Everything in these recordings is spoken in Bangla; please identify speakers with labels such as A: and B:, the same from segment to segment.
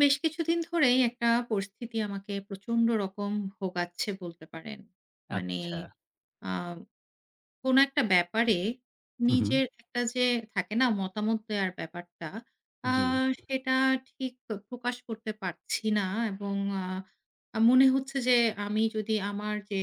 A: বেশ কিছুদিন ধরেই একটা পরিস্থিতি আমাকে প্রচন্ড রকম ভোগাচ্ছে বলতে পারেন। মানে
B: আচ্ছা।
A: আ কোন একটা ব্যাপারে
B: হু, হু।
A: নিজের একটা যে থাকে না মতামত দেওয়ার ব্যাপারটা, আ
B: জি,
A: সেটা ঠিক প্রকাশ করতে পারছি না এবং মনে হচ্ছে যে আমি যদি আমার যে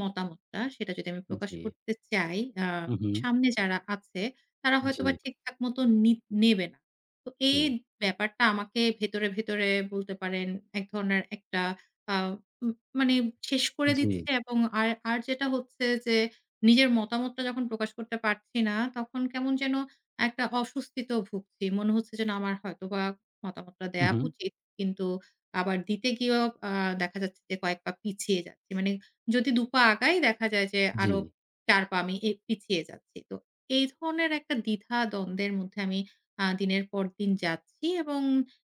A: মতামতটা সেটা যদি আমি প্রকাশ
B: জি।
A: করতে চাই,
B: হু, হু।
A: সামনে যারা আছে তারা
B: জি,
A: হয়তোবা
B: জি,
A: ঠিকঠাক মতো নেবে না। তো এই
B: জি।
A: ব্যাপারটা আমাকে ভেতরে, ভেতরে বলতে পারেন এক ধরনের একটা আ উম মানে শেষ করে দিচ্ছে এবং আর আর যেটা হচ্ছে যে নিজের মতামতটা যখন প্রকাশ করতে পারছি না, তখন কেমন যেন একটা অস্বস্তিতেও ভুগছি। মনে হচ্ছে যে না আমার হয়তোবা মতামতটা
B: হু,
A: দেয়া
B: হু।
A: উচিত। কিন্তু আবার দিতে গিয়েও আ দেখা যাচ্ছে যে কয়েক পা পিছিয়ে যাচ্ছি। মানে যদি ২ পা আগাই দেখা যায় যে
B: জি,
A: আরো ৪ পা আমি এ পিছিয়ে যাচ্ছি। তো এই ধরনের একটা দ্বিধা-দ্বন্দ্বের মধ্যে আমি দিনের পর দিন যাচ্ছি এবং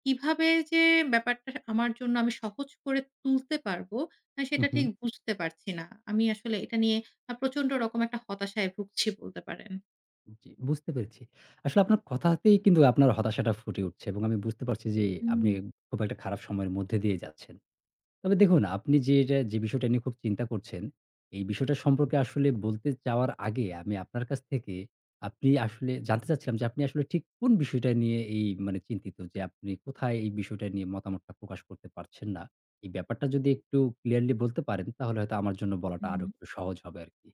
A: কিভাবে যে ব্যাপারটা আমার জন্য আমি সহজ করে তুলতে পারবো,
B: হু,
A: সেটা
B: হু।
A: ঠিক বুঝতে পারছি না। আমি আসলে এটা নিয়ে প্রচন্ড রকম একটা হতাশায় ভুগছি বলতে পারেন।
B: জি, বুঝতে পেরেছি। আসলে আপনার কথাতেই কিন্তু আপনার হতাশাটা ফুটে উঠছে এবং আমি বুঝতে পারছি যে
A: হুম,
B: আপনি খুব একটা খারাপ সময়ের মধ্যে দিয়ে যাচ্ছেন। তবে দেখুন, আপনি যে এটা যে বিষয়টা নিয়ে খুব চিন্তা করছেন, এই বিষয়টা সম্পর্কে আসলে বলতে চাওয়ার আগে আমি আপনার কাছ থেকে আপনি আসলে জানতে চাচ্ছিলাম যে আপনি আসলে ঠিক কোন বিষয়টা নিয়ে এই মানে চিন্তিত, যে আপনি কোথায় এই বিষয়টা নিয়ে মতামতটা প্রকাশ করতে পারছেন না? এই ব্যাপারটা যদি একটু ক্লিয়ারলি বলতে পারেন তাহলে হয়তো আমার জন্য বলাটা
A: হুম।
B: আরো একটু সহজ হবে আরকি।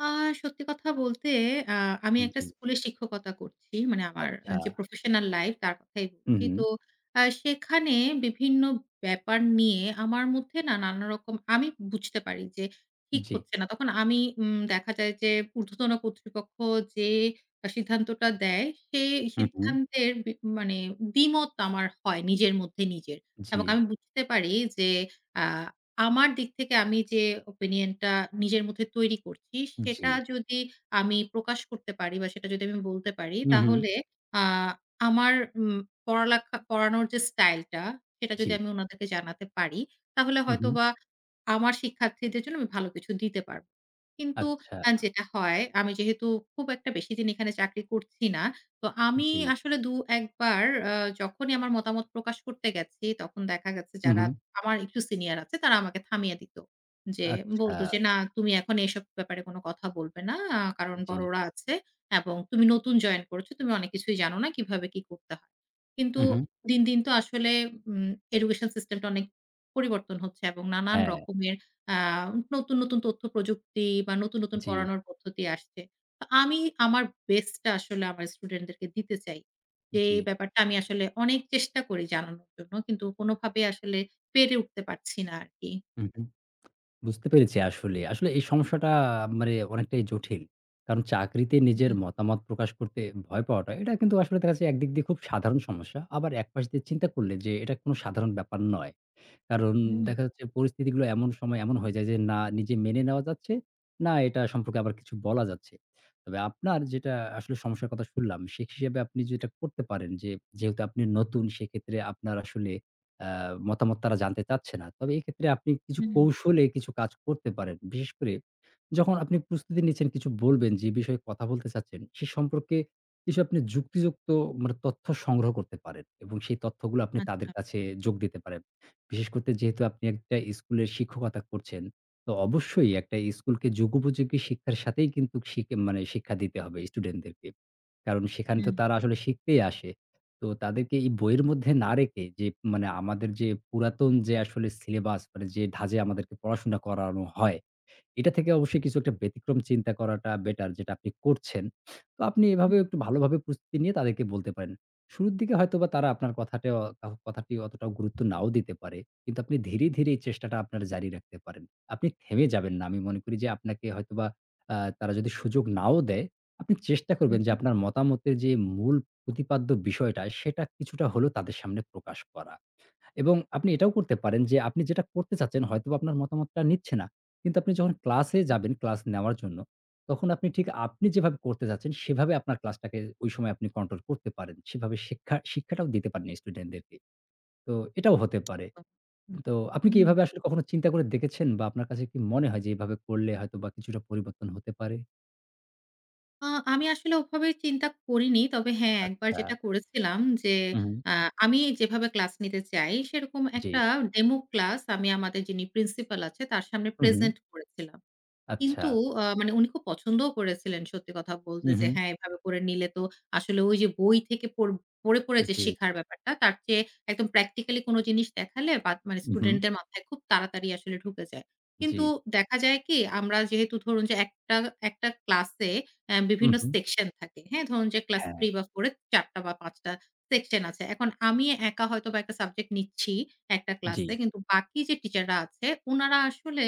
A: আ সত্যি কথা বলতে আ আমি একটা
B: জি,
A: স্কুলে শিক্ষকতা করছি। মানে আমার
B: আচ্ছা।
A: যে প্রফেশনাল লাইফ তার কথাই
B: হুম,
A: বলছি।
B: হুম।
A: তো সেখানে বিভিন্ন ব্যাপার নিয়ে আমার মধ্যে না নানা রকম আমি বুঝতে পারি যে ঠিক
B: জি।
A: হচ্ছে না। তখন আমি দেখা যায় যে ঊর্ধ্বতন কর্তৃপক্ষ যে সিদ্ধান্তটা দেয় সেই
B: হুম, হুম।
A: সিদ্ধান্তের মানে দ্বিমত আমার হয় নিজের মধ্যে নিজের।
B: জি,
A: এবং আমি বুঝতে পারি যে আ আমার দিক থেকে আমি যে ওপিনিয়নটা নিজের মধ্যে তৈরি করছি,
B: জি।
A: সেটা যদি আমি প্রকাশ করতে পারি বা সেটা যদি আমি বলতে পারি,
B: হুম, হুম।
A: তাহলে আ আমার উম পড়ালেখা পড়ানোর যে স্টাইলটা, সেটা
B: জি।
A: যদি আমি উনাদেরকে জানাতে পারি, তাহলে
B: হুম, হুম।
A: হয়তোবা আমার শিক্ষার্থীদের জন্য আমি ভালো কিছু দিতে পারব। কিন্তু
B: আচ্ছা।
A: যেটা হয়, আমি যেহেতু খুব একটা বেশিদিন এখানে চাকরি করছি না, তো আমি
B: জি।
A: আসলে ২-১ বার আ যখনই আমার মতামত প্রকাশ করতে গেছি, তখন দেখা গেছে
B: হুম,
A: যারা
B: হুম।
A: আমার একটু সিনিয়র আছে তারা আমাকে থামিয়ে দিত। যে
B: আচ্ছা।
A: বলত যে, "না তুমি এখন এসব ব্যাপারে কোন কথা বলবে না। কারণ
B: জি।
A: বড়রা আছে এবং তুমি নতুন জয়েন করেছো। তুমি অনেক কিছুই জানো না কিভাবে কি করতে হয়।" কিন্তু
B: হুম, হুম।
A: দিন, দিন তো আসলে উম এডুকেশন সিস্টেমটা অনেক পরিবর্তন হচ্ছে এবং নানান
B: হ্যাঁ,
A: রকমের আ নতুন, নতুন তথ্য প্রযুক্তি বা নতুন, নতুন
B: জি,
A: পড়ানোর পদ্ধতি আসছে। তো আমি আমার বেস্টটা আসলে আমার স্টুডেন্টদেরকে দিতে চাই। যে
B: জি।
A: ব্যাপারটা আমি আসলে অনেক চেষ্টা করি জানানোর জন্য। কিন্তু কোনভাবে আসলে পেরে উঠতে পারছি না আরকি।
B: হুম, হুম। বুঝতে পেরেছি আসলে। আসলে এই সমস্যাটা মানে অনেকটাই জটিল। কারণ চাকরিতে নিজের
A: হুম,
B: মতামত প্রকাশ করতে ভয় পাওয়াটা, এটা কিন্তু আসলে দেখা যাচ্ছে একদিক দিয়ে খুব সাধারণ সমস্যা। আবার একপাশ দিয়ে চিন্তা করলে যে এটা কোনো সাধারণ ব্যাপার নয়। কারণ
A: হুম,
B: দেখা যাচ্ছে পরিস্থিতিগুলো এমন সময় এমন হয়ে যায় যে না নিজে মেনে নেওয়া যাচ্ছে, না এটা সম্পর্কে আবার কিছু বলা যাচ্ছে। তবে আপনার যেটা আসলে সমস্যার কথা শুনলাম, সে হিসেবে আপনি যেটা করতে পারেন যে যেহেতু আপনি নতুন, সেক্ষেত্রে আপনার আসলে আ মতামত তারা জানতে চাচ্ছে না। তবে এক্ষেত্রে আপনি কিছু
A: হুম,
B: কৌশলে কিছু কাজ করতে পারেন। বিশেষ করে যখন আপনি প্রস্তুতি নিচ্ছেন কিছু বলবেন, যে বিষয়ে কথা বলতে চাচ্ছেন, সে সম্পর্কে কিছু আপনি যুক্তিযুক্ত মানে তথ্য সংগ্রহ করতে পারেন এবং সেই তথ্যগুলো আপনি তাদের
A: আচ্ছা।
B: কাছে যোগ দিতে পারেন। বিশেষ করতে যেহেতু আপনি একটা স্কুলের শিক্ষকতা করছেন, তো অবশ্যই একটা স্কুলকে যুগোপযোগী শিক্ষার সাথেই কিন্তু শিখে মানে শিক্ষা দিতে হবে স্টুডেন্টদেরকে। কারণ সেখানে তো
A: হুম,
B: তারা আসলে শিখতেই আসে। তো তাদেরকে এই বইয়ের মধ্যে না রেখে, যে মানে আমাদের যে পুরাতন যে আসলে সিলেবাস মানে যে ধাঁচে আমাদেরকে পড়াশোনা করানো হয়, এটা থেকে অবশ্যই কিছু একটা ব্যতিক্রম চিন্তা করাটা বেটার, যেটা আপনি করছেন। তো আপনি
A: হুম,
B: এভাবেও একটু ভালোভাবে প্রস্তুতি নিয়ে তাদেরকে বলতে পারেন। শুরুর দিকে হয়তোবা তারা আপনার কথাটা কথাটি অতটাও গুরুত্ব নাও দিতে পারে। কিন্তু আপনি ধীরে, ধীরে এই চেষ্টাটা আপনার জারি রাখতে পারেন। আপনি থেমে যাবেন না। আমি মনে করি যে আপনাকে হয়তোবা তারা যদি সুযোগ নাও দেয়, আপনি চেষ্টা করবেন যে
A: হুম,
B: আপনার মতামতের যে মূল প্রতিপাদ্য বিষয়টা সেটা কিছুটা হলেও তাদের সামনে প্রকাশ করা। এবং আপনি এটাও করতে পারেন যে আপনি যেটা করতে চাচ্ছেন হয়তোবা আপনার মতামতটা নিচ্ছে না। কিন্তু আপনি যখন ক্লাসে
A: হুম,
B: যাবেন ক্লাস নেওয়ার জন্য, তখন আপনি ঠিক আপনি যেভাবে করতে চাচ্ছেন সেভাবে আপনার ক্লাসটাকে ওই সময় আপনি কন্ট্রোল করতে পারেন। সেভাবে শিক্ষাটাও দিতে পারেন স্টুডেন্টদেরকে। তো এটাও হতে পারে।
A: তো
B: হুম। তো আপনি কি
A: হুম।
B: এভাবে আসলে কখনো চিন্তা করে দেখেছেন বা আপনার কাছে কি মনে হয় যে এভাবে করলে হয়তোবা কিছুটা পরিবর্তন হতে পারে?
A: আ আমি আসলে ওভাবে চিন্তা করিনি। তবে হ্যাঁ, একবার
B: আচ্ছা।
A: যেটা করেছিলাম যে
B: হুম, হুম।
A: আ আমি যেভাবে ক্লাস নিতে চাই সেরকম
B: জি।
A: একটা ডেমো ক্লাস আমি আমাদের যিনি প্রিন্সিপাল আছে তার সামনে
B: হুম, হুম।
A: প্রেজেন্ট করেছিলাম।
B: আচ্ছা।
A: কিন্তু মানে উনি খুব পছন্দও করেছিলেন সত্যি কথা বলতে
B: হুম,
A: যে,
B: হুম।
A: হ্যাঁ, এভাবে করে নিলে তো আসলে ওই যে বই থেকে পড়ে, পড়ে যে
B: জি।
A: শেখার ব্যাপারটা তার চেয়ে একদম প্র্যাকটিক্যালি কোনো জিনিস দেখালে বা মানে
B: হুম, হুম।
A: স্টুডেন্টদের মাথায় খুব তাড়াতাড়ি আসলে ঢুকে যায়।
B: জি।
A: কিন্তু দেখা যায় কি আমরা যেহেতু ধরুন যে একটা ক্লাসে
B: হুম,
A: বিভিন্ন
B: হুম।
A: সেকশন থাকে। হ্যাঁ, ধরুন যে ক্লাস
B: হ্যাঁ।
A: 3 বা 4 এ ৪ টা বা ৫ টা সেকশন আছে। এখন আমি একা হয়তোবা একটা সাবজেক্ট নিচ্ছি একটা
B: জি।
A: ক্লাসে। কিন্তু বাকি যে টিচাররা আছে উনারা আসলে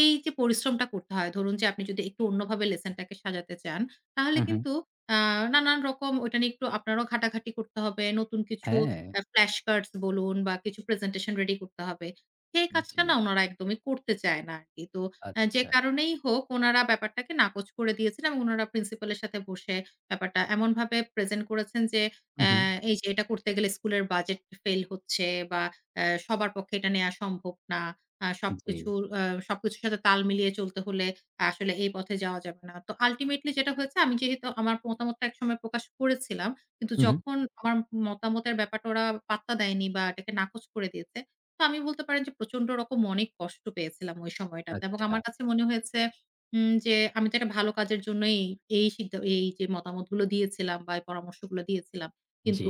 A: এই যে পরিশ্রমটা করতে হয়, ধরুন যে আপনি যদি একটু অন্যভাবে লেসনটাকে সাজাতে চান, তাহলে
B: হুম, হুম।
A: কিন্তু আ নানান রকম ওইটা নিয়ে একটু আপনারও ঘাটাঘাটি করতে হবে। নতুন কিছু
B: হ্যাঁ।
A: ফ্ল্যাশ কার্ডস বলুন বা কিছু প্রেজেন্টেশন রেডি করতে হবে। সেই
B: জি,
A: কাজটা না উনারা একদমই করতে চায় না আরকি। তো যে
B: আচ্ছা।
A: কারণেই হোক উনারা ব্যাপারটাকে নাকচ করে দিয়েছেন এবং উনারা প্রিন্সিপালের সাথে বসে ব্যাপারটা এমনভাবে প্রেজেন্ট করেছেন যে,
B: হু,
A: আ
B: হু।
A: এই যে এটা করতে গেলে স্কুলের বাজেট ফেইল হচ্ছে বা সবার পক্ষে এটা নেয়া সম্ভব না।
B: জি।
A: সবকিছুর সবকিছুর সাথে তাল মিলিয়ে চলতে হলে আসলে এই পথে যাওয়া যাবে না। তো আল্টিমেটলি যেটা হয়েছে আমি যেহেতু আমার মতামতটা একসময় প্রকাশ করেছিলাম। কিন্তু
B: হু, হু।
A: যখন আমার মতামতের ব্যাপারটা ওরা পাত্তা দেয়নি বা এটাকে নাকচ করে দিয়েছে। তো আমি বলতে পারেন যে প্রচন্ড রকম অনেক কষ্ট পেয়েছিলাম ওই সময়টাতে এবং
B: আচ্ছা।
A: আমার কাছে মনে হয়েছে যে আমি তো একটা ভালো কাজের জন্যই এই যে মতামতগুলো দিয়েছিলাম বা এই পরামর্শগুলো দিয়েছিলাম।
B: জি।
A: কিন্তু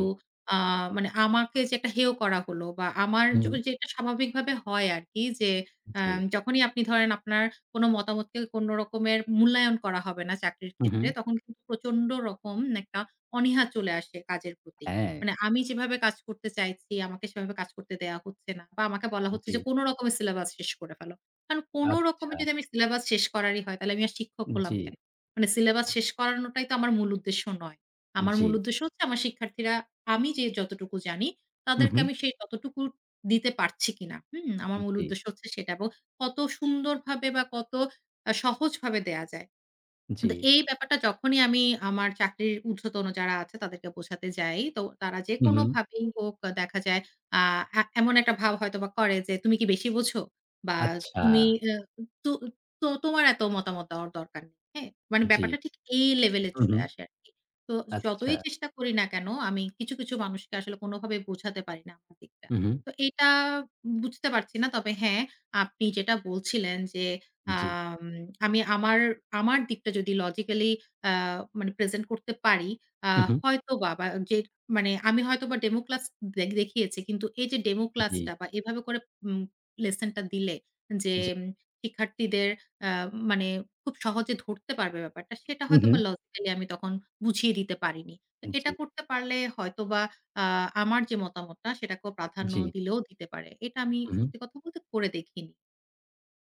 A: আ মানে আমাকে যে একটা হেয় করা হলো বা আমার
B: হু, হু।
A: যেটা স্বাভাবিকভাবে হয় আরকি যে আ
B: জি।
A: যখনই আপনি ধরেন আপনার কোনো মতামতকে কোনো রকমের মূল্যায়ন করা হবে না চাকরির
B: হু, হু।
A: ক্ষেত্রে, তখন কিন্তু প্রচন্ড রকম একটা অনীহা চলে আসে কাজের প্রতি।
B: হ্যাঁ।
A: মানে আমি যেভাবে কাজ করতে চাইছি, আমাকে সেভাবে কাজ করতে দেয়া হচ্ছে না বা আমাকে বলা হচ্ছে
B: জি।
A: যে কোনো রকমের সিলেবাস শেষ করে ফেলো। কারণ কোনো রকমে
B: আচ্ছা।
A: যদি আমি সিলেবাস শেষ করারই হয়, তাহলে আমি আর শিক্ষক হলাম
B: জি।
A: কেন? মানে সিলেবাস শেষ করানোটাই তো আমার মূল উদ্দেশ্য নয়। আমার
B: জি।
A: মূল উদ্দেশ্য হচ্ছে আমার শিক্ষার্থীরা আমি যে যতটুকু জানি
B: হু,
A: তাদেরকে
B: হু।
A: আমি সেই ততটুকু দিতে পারছি কিনা। হুম? আমার মূল
B: জি,
A: উদ্দেশ্য হচ্ছে সেটা এবং কত সুন্দরভাবে বা কত সহজভাবে দেয়া যায়।
B: জি।
A: তো এই ব্যাপারটা যখনই আমি আমার চাকরির ঊর্ধ্বতন যারা আছে তাদেরকে বোঝাতে যাই, তো তারা
B: হু, হু।
A: যেকোনোভাবেই হোক দেখা যায় আ এমন একটা ভাব হয়তোবা করে যে, "তুমি কি বেশি বোঝো?" বা
B: আচ্ছা।
A: "তুমি আ তু তো তোমার এত মতামত দেওয়ার দরকার নেই।" হ্যাঁ? মানে
B: জি।
A: ব্যাপারটা ঠিক এই লেভেলে
B: হু,
A: চলে
B: হু।
A: আসে আরকি। তো যতই
B: আচ্ছা।
A: চেষ্টা করি না কেন আমি কিছু, কিছু মানুষকে আসলে কোনোভাবেই বোঝাতে পারি না আমার দিকটা।
B: হু, হু।
A: তো এটা বুঝতে পারছি না। তবে হ্যাঁ, আপনি যেটা বলছিলেন যে
B: জি।
A: আম আমি আমার, আমার দিকটা যদি লজিক্যালি আ মানে প্রেজেন্ট করতে পারি, আ
B: হু, হু।
A: হয়তোবা বা বা যে মানে আমি হয়তোবা ডেমো ক্লাস দেখিয়েছি। কিন্তু এই যে ডেমো
B: জি,
A: ক্লাসটা বা এভাবে করে উম লেসনটা দিলে যে
B: জি।
A: উম, শিক্ষার্থীদের আ মানে খুব সহজে ধরতে পারবে ব্যাপারটা, সেটা
B: হু, হু।
A: হয়তোবা লজিক্যালি আমি তখন বুঝিয়ে দিতে পারিনি। তো এটা
B: জি,
A: করতে পারলে হয়তোবা আ আমার যে মতামতটা সেটাকেও প্রাধান্য
B: জি।
A: দিলেও দিতে পারে। এটা আমি
B: হু, হু।
A: সত্যি কথা বলতে করে দেখিনি।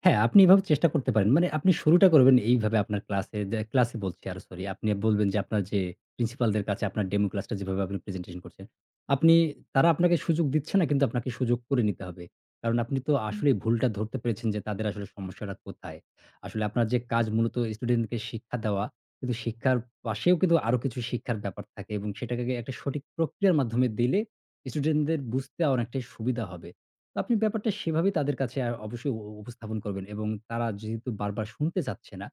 B: হ্যাঁ, আপনি এভাবে চেষ্টা করতে পারেন। মানে আপনি শুরুটা করবেন এইভাবে আপনার ক্লাসে, যে ক্লাসে বলছি আরো, সরি। আপনি বলবেন যে আপনার যে প্রিন্সিপালদের কাছে আপনার ডেমো ক্লাসটা যেভাবে আপনি প্রেজেন্টেশন করছেন। আপনি, তারা আপনাকে সুযোগ দিচ্ছে না, কিন্তু আপনাকে সুযোগ করে নিতে হবে। কারণ আপনি তো
A: হুম,
B: আসলেই ভুলটা ধরতে পেরেছেন যে তাদের আসলে সমস্যাটা কোথায়। আসলে আপনার যে কাজ মূলত স্টুডেন্টকে শিক্ষা দেওয়া। কিন্তু শিক্ষার পাশেও কিন্তু আরো কিছু শিক্ষার ব্যাপার থাকে এবং সেটাকে একটা সঠিক প্রক্রিয়ার মাধ্যমে দিলে স্টুডেন্টদের বুঝতে অনেকটাই সুবিধা হবে। তো আপনি ব্যাপারটা সেভাবে তাদের কাছে অবশ্যই উপস্থাপন করবেন এবং তারা যেহেতু বারবার শুনতে চাচ্ছে না,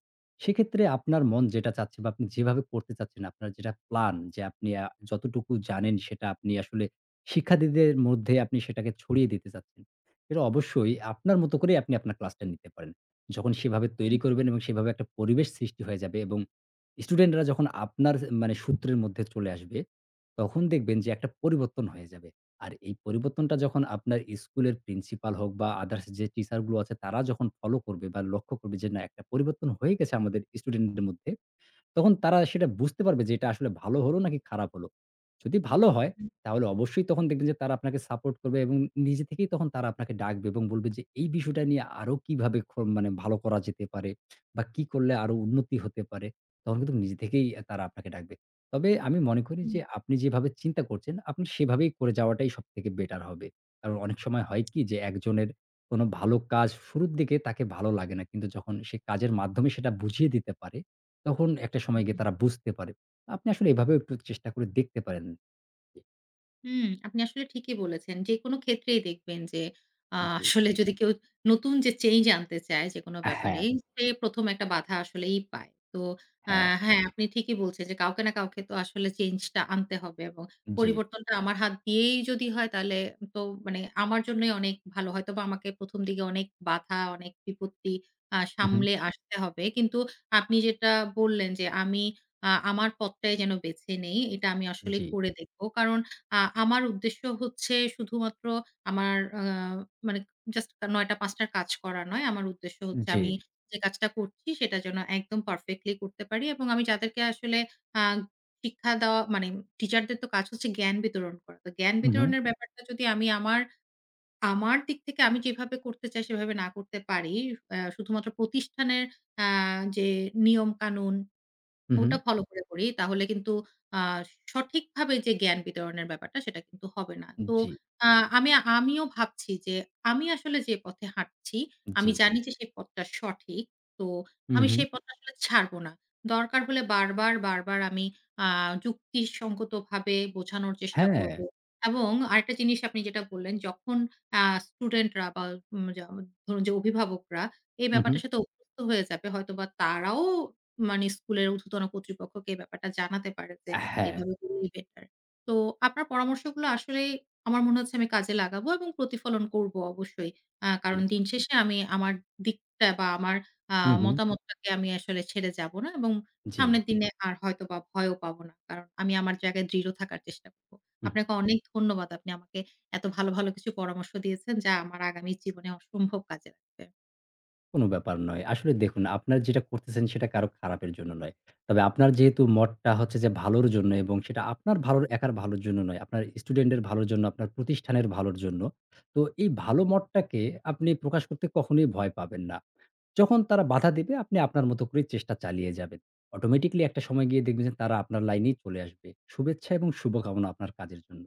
B: সেক্ষেত্রে আপনার মন যেটা চাচ্ছে বা আপনি যেভাবে করতে চাচ্ছেন, আপনার যেটা প্লান যে আপনি যতটুকু জানেন সেটা আপনি আসলে শিক্ষার্থীদের মধ্যে আপনি সেটাকে ছড়িয়ে দিতে চাচ্ছেন। এটা অবশ্যই আপনার মতো করেই আপনি আপনার ক্লাসটা নিতে পারেন। যখন সেভাবে তৈরি করবেন এবং সেভাবে একটা পরিবেশ সৃষ্টি হয়ে যাবে এবং স্টুডেন্টরা যখন আপনার মানে সূত্রের মধ্যে চলে আসবে, তখন দেখবেন যে একটা পরিবর্তন হয়ে যাবে। আর এই পরিবর্তনটা যখন আপনার স্কুলের প্রিন্সিপাল হোক বা আদার্স যে টিচার গুলো আছে তারা যখন ফলো করবে বা লক্ষ্য করবে যে না একটা পরিবর্তন হয়ে গেছে আমাদের স্টুডেন্টদের মধ্যে, তখন তারা সেটা বুঝতে পারবে যে এটা আসলে ভালো হলো নাকি খারাপ হলো। যদি ভালো হয়
A: হুম,
B: তাহলে অবশ্যই তখন দেখবেন যে তারা আপনাকে সাপোর্ট করবে এবং নিজে থেকেই তখন তারা আপনাকে ডাকবে এবং বলবে যে এই বিষয়টা নিয়ে আরো কিভাবে মানে ভালো করা যেতে পারে বা কি করলে আরো উন্নতি হতে পারে। তখন কিন্তু নিজে থেকেই তারা আপনাকে ডাকবে। তবে আমি মনে করি
A: হুম,
B: যে আপনি যেভাবে চিন্তা করছেন আপনি সেভাবেই করে যাওয়াটাই সবথেকে বেটার হবে। কারণ অনেক সময় হয় কি যে একজনের কোন ভালো কাজ শুরুর দিকে তাকে ভালো লাগে না। কিন্তু যখন সে কাজের মাধ্যমে সেটা বুঝিয়ে দিতে পারে তখন একটা সময়
A: হুম।
B: গিয়ে তারা বুঝতে পারে। আপনি আসলে এভাবেও একটু চেষ্টা করে দেখতে পারেন। জি,
A: হুম, আপনি আসলে ঠিকই বলেছেন। যেকোনো ক্ষেত্রেই দেখবেন যে
B: জি।
A: আসলে যদি কেউ নতুন যে চেঞ্জ আনতে চায় যেকোনো ব্যাপারে,
B: হ্যাঁ,
A: সে ১ম একটা বাধা আসলেই পায়। তো আ
B: হ্যাঁ।
A: হ্যাঁ, আপনি ঠিকই বলছেন যে কাউকে না কাউকে তো আসলে চেঞ্জটা আনতে হবে এবং
B: জি।
A: পরিবর্তনটা আমার হাত দিয়েই যদি হয় তাহলে তো মানে আমার জন্যই অনেক ভালো। হয়তোবা আমাকে ১ম দিকে অনেক বাধা, অনেক বিপত্তি
B: হু, হু।
A: সামলে আসতে হবে। কিন্তু আপনি যেটা বললেন যে আমি আমার পথটাই যেন বেছে নেই। এটা আমি আসলে
B: জি,
A: করে দেখব। কারণ আ আমার উদ্দেশ্য হচ্ছে শুধুমাত্র আমার মানে জাস্ট ৯ঃ০০-৫ঃ০০ টার কাজ করা নয়। আমার উদ্দেশ্য হচ্ছে
B: জি।
A: আমি যে কাজটা করছি সেটা যেন একদম পারফেক্টলি করতে পারি এবং আমি যাদেরকে আসলে আ শিক্ষা দেওয়া মানে টিচারদের তো কাজ হচ্ছে জ্ঞান বিতরণ করা। তো জ্ঞান
B: হু, হু।
A: বিতরণের ব্যাপারটা যদি আমি আমার, আমার দিক থেকে আমি যেভাবে করতে চাই সেভাবে না করতে পারি, শুধুমাত্র প্রতিষ্ঠানের আ যে নিয়ম কানুন
B: হু, হু।
A: ওটা ফলো করে করি। তাহলে কিন্তু আ সঠিকভাবে যে জ্ঞান বিতরণের ব্যাপারটা সেটা কিন্তু হবে না। তো
B: জি,
A: আ আমি আমিও ভাবছি যে আমি আসলে যে পথে হাঁটছি,
B: জি।
A: আমি জানি যে সেই পথটা সঠিক। তো
B: হু,
A: আমি
B: হু।
A: সেই পথটা আসলে ছাড়বো না। দরকার হলে বারবার, বারবার আমি আ যুক্তিসঙ্গতভাবে বোঝানোর চেষ্টা
B: হ্যাঁ।
A: করব। এবং আরেকটা জিনিস আপনি যেটা বললেন, যখন আ স্টুডেন্টরা বা উম যা ধরুন যে অভিভাবকরা এই
B: হু, হু।
A: ব্যাপারটার সাথে অভ্যস্ত হয়ে যাবে হয়তোবা তারাও মানে স্কুলের ঊর্ধ্বতন কর্তৃপক্ষকে এই ব্যাপারটা জানাতে পারে যে
B: হ্যাঁ।
A: এইভাবে করলেই বেটার। তো আপনার পরামর্শগুলো আসলেই আমার মনে হচ্ছে আমি কাজে লাগাবো এবং প্রতিফলন করব অবশ্যই।
B: জি।
A: কারণ দিন শেষে আমি আমার দিকটা বা আমার আ
B: হু, হু।
A: মতামতটাকে আমি আসলে ছেড়ে যাব না এবং
B: জি।
A: সামনের দিনে আর হয়তোবা ভয়ও পাবো না। কারণ আমি আমার জায়গায় দৃঢ় থাকার চেষ্টা করব।
B: হু।
A: আপনাকে অনেক ধন্যবাদ। আপনি আমাকে এত ভালো, ভালো কিছু পরামর্শ দিয়েছেন যা আমার আগামী জীবনে অসম্ভব কাজে লাগবে।
B: কোনো ব্যাপার নয়। আসলে দেখুন, আপনার যেটা করতেছেন সেটা কারো খারাপের জন্য নয়। তবে আপনার যেহেতু মতটা হচ্ছে যে ভালোর জন্য, এবং সেটা আপনার একার ভালোর জন্য নয়। আপনার স্টুডেন্টের ভালোর জন্য, আপনার প্রতিষ্ঠানের ভালোর জন্য। তো এই ভালো মতটাকে আপনি প্রকাশ করতে কখনোই ভয় পাবেন না। যখন তারা বাধা দেবে আপনি আপনার মতো করে চেষ্টা চালিয়ে যাবেন। অটোমেটিক্যালি একটা সময় গিয়ে দেখবেন যে তারা আপনার লাইনেই চলে আসবে। শুভেচ্ছা এবং শুভকামনা আপনার কাজের জন্য।